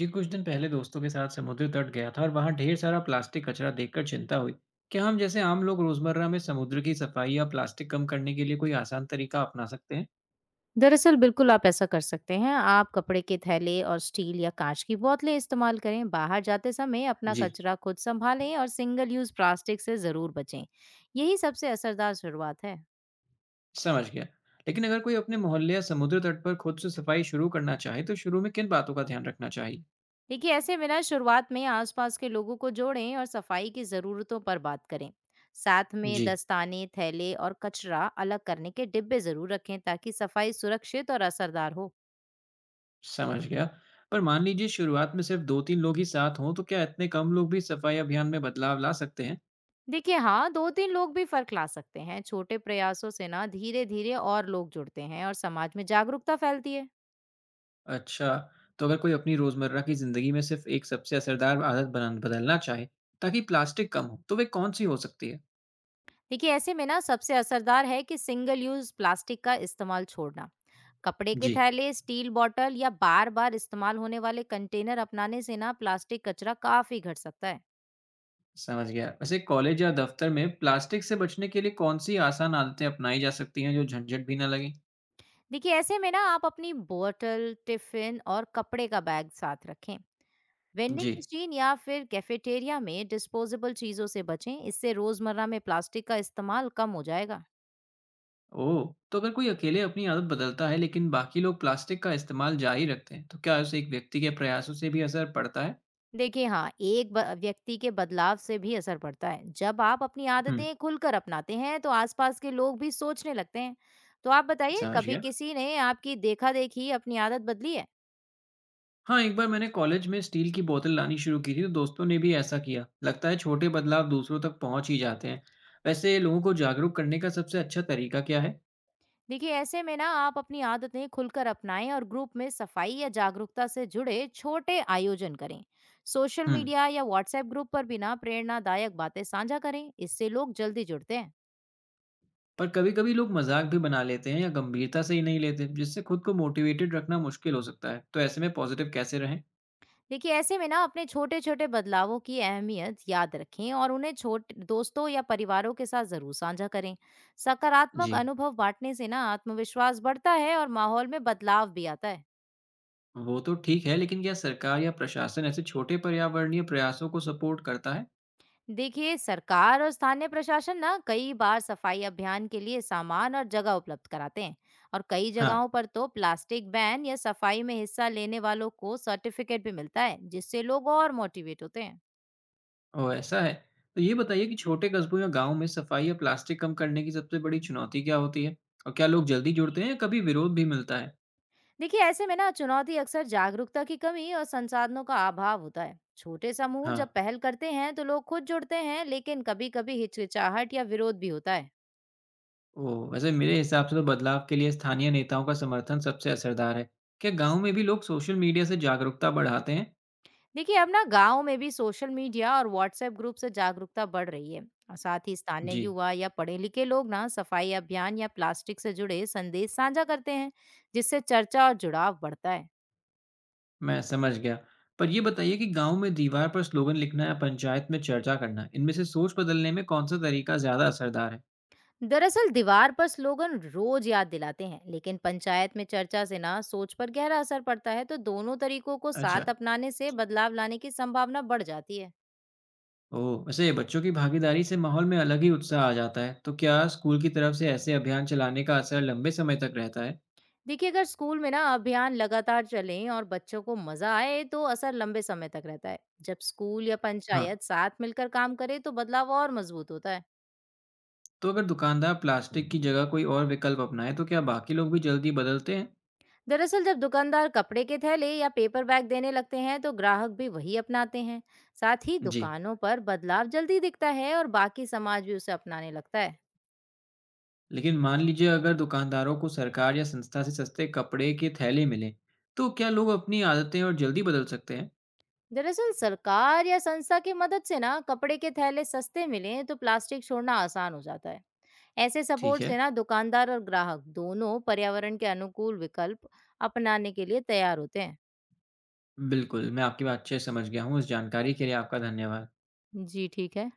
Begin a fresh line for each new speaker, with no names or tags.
जी, कुछ दिन पहले दोस्तों के साथ समुद्र तट गया था और वहाँ ढेर सारा प्लास्टिक कचरा देखकर चिंता हुई। क्या हम जैसे आम लोग रोजमर्रा में समुद्र की सफाई या प्लास्टिक कम करने के लिए कोई आसान तरीका अपना सकते हैं?
दरअसल बिल्कुल। आप ऐसा कर सकते हैं। आप कपड़े के थैले और स्टील या कांच की बोतलें इस्तेमाल करें। बाहर जाते समय अपना
जी,
कचरा खुद संभालें और सिंगल यूज प्लास्टिक से जरूर बचें। यही सबसे असरदार शुरुआत है।
समझ गया। लेकिन अगर कोई अपने मोहल्ले या समुद्र तट पर खुद से सफाई शुरू करना चाहे, तो शुरू में किन बातों का ध्यान रखना चाहिए?
देखिए, ऐसे में ना, शुरुआत में आसपास के लोगों को जोड़ें और सफाई की ज़रूरतों पर बात करें। साथ में
जी,
दस्ताने, थैले और कचरा अलग करने के डिब्बे जरूर रखें, ताकि सफाई सुरक्षित और असरदार हो।
समझ गया। पर मान लीजिए शुरुआत में सिर्फ दो तीन लोग ही साथ हों, तो क्या इतने कम लोग भी सफाई अभियान में बदलाव ला सकते हैं?
देखिए, हाँ, 2 3 लोग भी फर्क ला सकते हैं। छोटे प्रयासों से ना धीरे धीरे और लोग जुड़ते हैं और समाज में जागरूकता फैलती है।
अच्छा, तो अगर कोई अपनी रोज़मर्रा की ज़िंदगी में सिर्फ़ एक सबसे असरदार आदत बनान बदलना चाहे, ताकि प्लास्टिक कम हो, तो वे कौन-सी हो सकती है?
देखिए, ऐसे में ना, सबसे असरदार है कि सिंगल यूज प्लास्टिक का इस्तेमाल छोड़ना। कपड़े के
जी,
थैले, स्टील बॉटल या बार बार इस्तेमाल होने वाले कंटेनर अपनाने से ना प्लास्टिक कचरा काफी घट सकता है।
समझ गया। वैसे कॉलेज या दफ़्तर में प्लास्टिक से बचने के लिए कौन-सी आसान आदतें अपनाई जा सकती हैं, जो झंझट भी ना लगे?
देखिए, ऐसे में ना, आप अपनी बोतल, टिफिन और कपड़े का बैग साथ रखें। वेंडिंग
जी।
मशीन या फिर कैफेटेरिया में डिस्पोजेबल चीज़ों से बचें। इससे रोज़मर्रा में प्लास्टिक का इस्तेमाल कम हो जाएगा।
ओह! तो अगर कोई अकेले अपनी आदत बदलता है, लेकिन बाकी लोग प्लास्टिक का इस्तेमाल जारी रखते हैं, तो क्या उसे एक व्यक्ति के प्रयासों से भी असर पड़ता है?
देखिए, हाँ, एक व्यक्ति के बदलाव से भी असर पड़ता है। जब आप अपनी
हुँ,
आदतें खुलकर अपनाते हैं, तो आसपास के लोग भी सोचने लगते हैं। तो आप बताइए,
समझ
कभी
गया।
किसी ने आपकी देखा देखी अपनी आदत बदली है?
हाँ, एक बार मैंने कॉलेज में स्टील की बोतल लानी शुरू की थी, तो दोस्तों ने भी ऐसा किया। लगता है छोटे बदलाव दूसरों तक पहुंच ही जाते हैं। वैसे लोगों को जागरूक करने का सबसे अच्छा तरीका क्या है?
देखिए, ऐसे में ना, आप अपनी आदतें खुलकर अपनाएं और ग्रुप में सफाई या जागरूकता से जुड़े छोटे आयोजन करें। सोशल
हम्म,
मीडिया या व्हाट्सएप ग्रुप पर भी ना प्रेरणादायक बातें साझा करें। इससे लोग जल्दी जुड़ते हैं।
पर कभी कभी लोग मजाक भी बना लेते हैं या गंभीरता से ही नहीं लेते, जिससे खुद को मोटिवेटेड रखना मुश्किल हो सकता है। तो ऐसे में पॉजिटिव कैसे रहें?
देखिए, ऐसे में ना, अपने छोटे छोटे बदलावों की अहमियत याद रखें और उन्हें छोटे दोस्तों या परिवारों के साथ जरूर साझा करें। सकारात्मक
जी,
अनुभव बांटने से ना आत्मविश्वास बढ़ता है और माहौल में बदलाव भी आता है।
वो तो ठीक है, लेकिन क्या सरकार या प्रशासन ऐसे छोटे पर्यावरणीय प्रयासों को सपोर्ट करता है?
देखिए, सरकार और स्थानीय प्रशासन ना कई बार सफाई अभियान के लिए सामान और जगह उपलब्ध कराते हैं। और कई
हाँ।
जगहों पर तो प्लास्टिक बैन या सफाई में हिस्सा लेने वालों को सर्टिफिकेट भी मिलता है, जिससे लोग और मोटिवेट होते हैं।
ओह! ऐसा है। तो ये बताइए कि छोटे कस्बों या गाँव में सफाई या प्लास्टिक कम करने की सबसे बड़ी चुनौती क्या होती है? और क्या लोग जल्दी जुड़ते हैं या कभी विरोध भी मिलता है?
देखिए, ऐसे में ना, चुनौती अक्सर जागरूकता की कमी और संसाधनों का अभाव होता है। छोटे समूह
हाँ।
जब पहल करते हैं तो लोग खुद जुड़ते हैं, लेकिन कभी कभी हिचकिचाहट या विरोध भी होता है।
ओह! वैसे मेरे हिसाब से तो बदलाव के लिए स्थानीय नेताओं का समर्थन सबसे असरदार है। क्या गाँव में भी लोग सोशल मीडिया से जागरूकता बढ़ाते हैं?
देखिए, अब ना गांव में भी सोशल मीडिया और व्हाट्सएप ग्रुप से जागरूकता बढ़ रही है। और साथ ही स्थानीय
जी,
युवा या पढ़े लिखे लोग ना सफाई अभियान या प्लास्टिक से जुड़े संदेश साझा करते हैं, जिससे चर्चा और जुड़ाव बढ़ता है।
मैं समझ गया। पर ये बताइए कि गाँव में दीवार पर स्लोगन लिखना या पंचायत में चर्चा करना, इनमें से सोच बदलने में कौन सा तरीका ज़्यादा असरदार है?
दरअसल दीवार पर स्लोगन रोज याद दिलाते हैं, लेकिन पंचायत में चर्चा से ना सोच पर गहरा असर पड़ता है। तो दोनों तरीकों को
अच्छा।
साथ अपनाने से बदलाव लाने की संभावना बढ़ जाती है।
ओह! वैसे बच्चों की भागीदारी से माहौल में अलग ही उत्साह आ जाता है। तो क्या स्कूल की तरफ से ऐसे अभियान चलाने का असर लंबे समय तक रहता है?
देखिए, अगर स्कूल में ना अभियान लगातार चलें और बच्चों को मजा आए, तो असर लंबे समय तक रहता है। जब स्कूल या
हाँ,
पंचायत साथ मिलकर काम करे, तो बदलाव और मजबूत होता है।
तो अगर दुकानदार प्लास्टिक की जगह कोई और विकल्प अपनाएँ, तो क्या बाकी लोग भी जल्दी बदलते हैं?
दरअसल जब दुकानदार कपड़े के थैले या पेपर बैग देने लगते हैं, तो ग्राहक भी वही अपनाते हैं। साथ ही
जी,
दुकानों पर बदलाव जल्दी दिखता है और बाकी समाज भी उसे अपनाने लगता है।
लेकिन मान लीजिए अगर दुकानदारों को सरकार या संस्था से सस्ते कपड़े के थैले मिलें, तो क्या लोग अपनी आदतें और जल्दी बदल सकते हैं?
दरअसल सरकार या संस्था की मदद से ना कपड़े के थैले सस्ते मिलें, तो प्लास्टिक छोड़ना आसान हो जाता है। ऐसे
ठीक
सपोर्ट से
है,
ना दुकानदार और ग्राहक दोनों पर्यावरण के अनुकूल विकल्प अपनाने के लिए तैयार होते हैं।
बिल्कुल, मैं आपकी बात अच्छे से समझ गया हूँ। इस जानकारी के लिए आपका धन्यवाद।
जी, ठीक है।